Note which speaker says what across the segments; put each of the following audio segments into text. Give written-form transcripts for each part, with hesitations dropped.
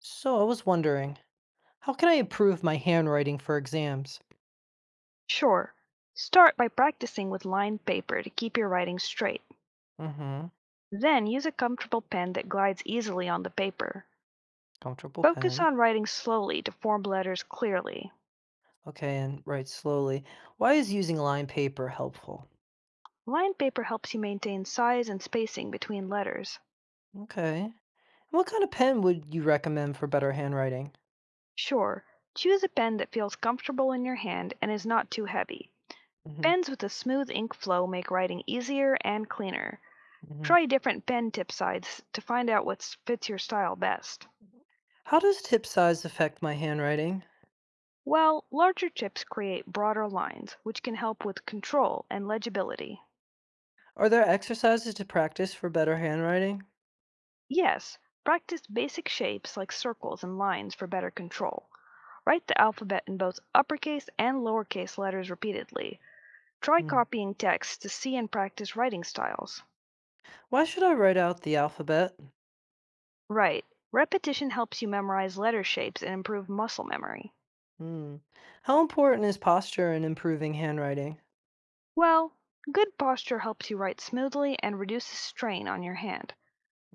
Speaker 1: So I was wondering, how can I improve my handwriting for exams?
Speaker 2: Sure. Start by practicing with lined paper to keep your writing straight.
Speaker 1: Mm-hmm.
Speaker 2: Then use a comfortable pen that glides easily on the paper.
Speaker 1: Comfortable
Speaker 2: Focus
Speaker 1: pen.
Speaker 2: on writing slowly to form letters clearly.
Speaker 1: Okay, and write slowly. Why is using lined paper helpful?
Speaker 2: Lined paper helps you maintain size and spacing between letters.
Speaker 1: Okay. What kind of pen would you recommend for better handwriting?
Speaker 2: Sure. Choose a pen that feels comfortable in your hand and is not too heavy.
Speaker 1: Mm-hmm.
Speaker 2: Pens with a smooth ink flow make writing easier and cleaner.
Speaker 1: Mm-hmm.
Speaker 2: Try different pen tip size to find out what fits your style best.
Speaker 1: How does tip size affect my handwriting?
Speaker 2: Well, larger chips create broader lines, which can help with control and legibility.
Speaker 1: Are there exercises to practice for better handwriting?
Speaker 2: Yes, practice basic shapes like circles and lines for better control. Write the alphabet in both uppercase and lowercase letters repeatedly. Try
Speaker 1: Hmm.
Speaker 2: copying text to see and practice writing styles.
Speaker 1: Why should I write out the alphabet?
Speaker 2: Right, repetition helps you memorize letter shapes and improve muscle memory.
Speaker 1: Hmm. How important is posture in improving handwriting?
Speaker 2: Well, good posture helps you write smoothly and reduces strain on your hand.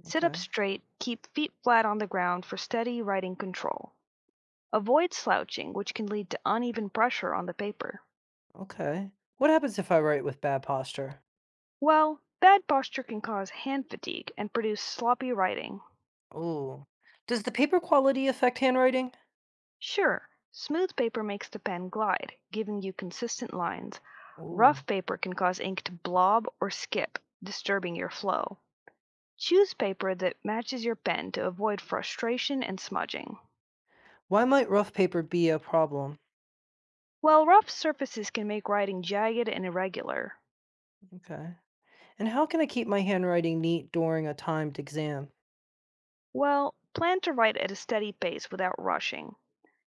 Speaker 2: Sit up
Speaker 1: Okay.
Speaker 2: straight, keep feet flat on the ground for steady writing control. Avoid slouching, which can lead to uneven pressure on the paper.
Speaker 1: Okay. What happens if I write with bad posture?
Speaker 2: Well, bad posture can cause hand fatigue and produce sloppy writing.
Speaker 1: Oh, does the paper quality affect handwriting?
Speaker 2: Sure, smooth paper makes the pen glide, giving you consistent lines. Rough
Speaker 1: Oh,
Speaker 2: paper can cause ink to blob or skip, disturbing your flow. Choose paper that matches your pen to avoid frustration and smudging.
Speaker 1: why might rough paper be a problem?
Speaker 2: While rough surfaces can make writing jagged and irregular.
Speaker 1: Okay. And how can I keep my handwriting neat during a timed exam?
Speaker 2: Well, plan to write at a steady pace without rushing.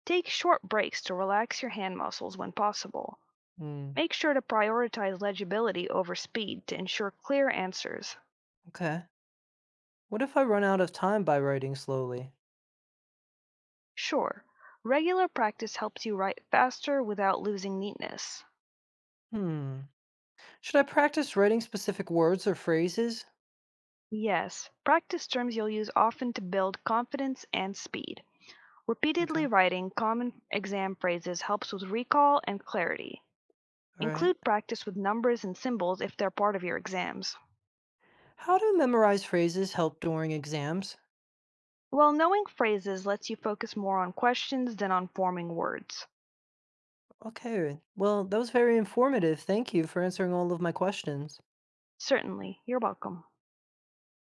Speaker 2: Take short breaks to relax your hand muscles when possible.
Speaker 1: Hmm.
Speaker 2: Make sure to prioritize legibility over speed to ensure clear answers.
Speaker 1: Okay. What if I run out of time by writing slowly?
Speaker 2: Sure, regular practice helps you write faster without losing neatness.
Speaker 1: Hmm. Should I practice writing specific words or phrases?
Speaker 2: Yes, practice terms you'll use often to build confidence and speed. Repeatedly
Speaker 1: Okay.
Speaker 2: writing common exam phrases helps with recall and clarity.
Speaker 1: All right.
Speaker 2: Include practice with numbers and symbols if they're part of your exams.
Speaker 1: How do memorized phrases help during exams?
Speaker 2: Well, knowing phrases lets you focus more on questions than on forming words.
Speaker 1: Okay. Well, that was very informative. Thank you for answering all of my questions.
Speaker 2: Certainly, you're welcome.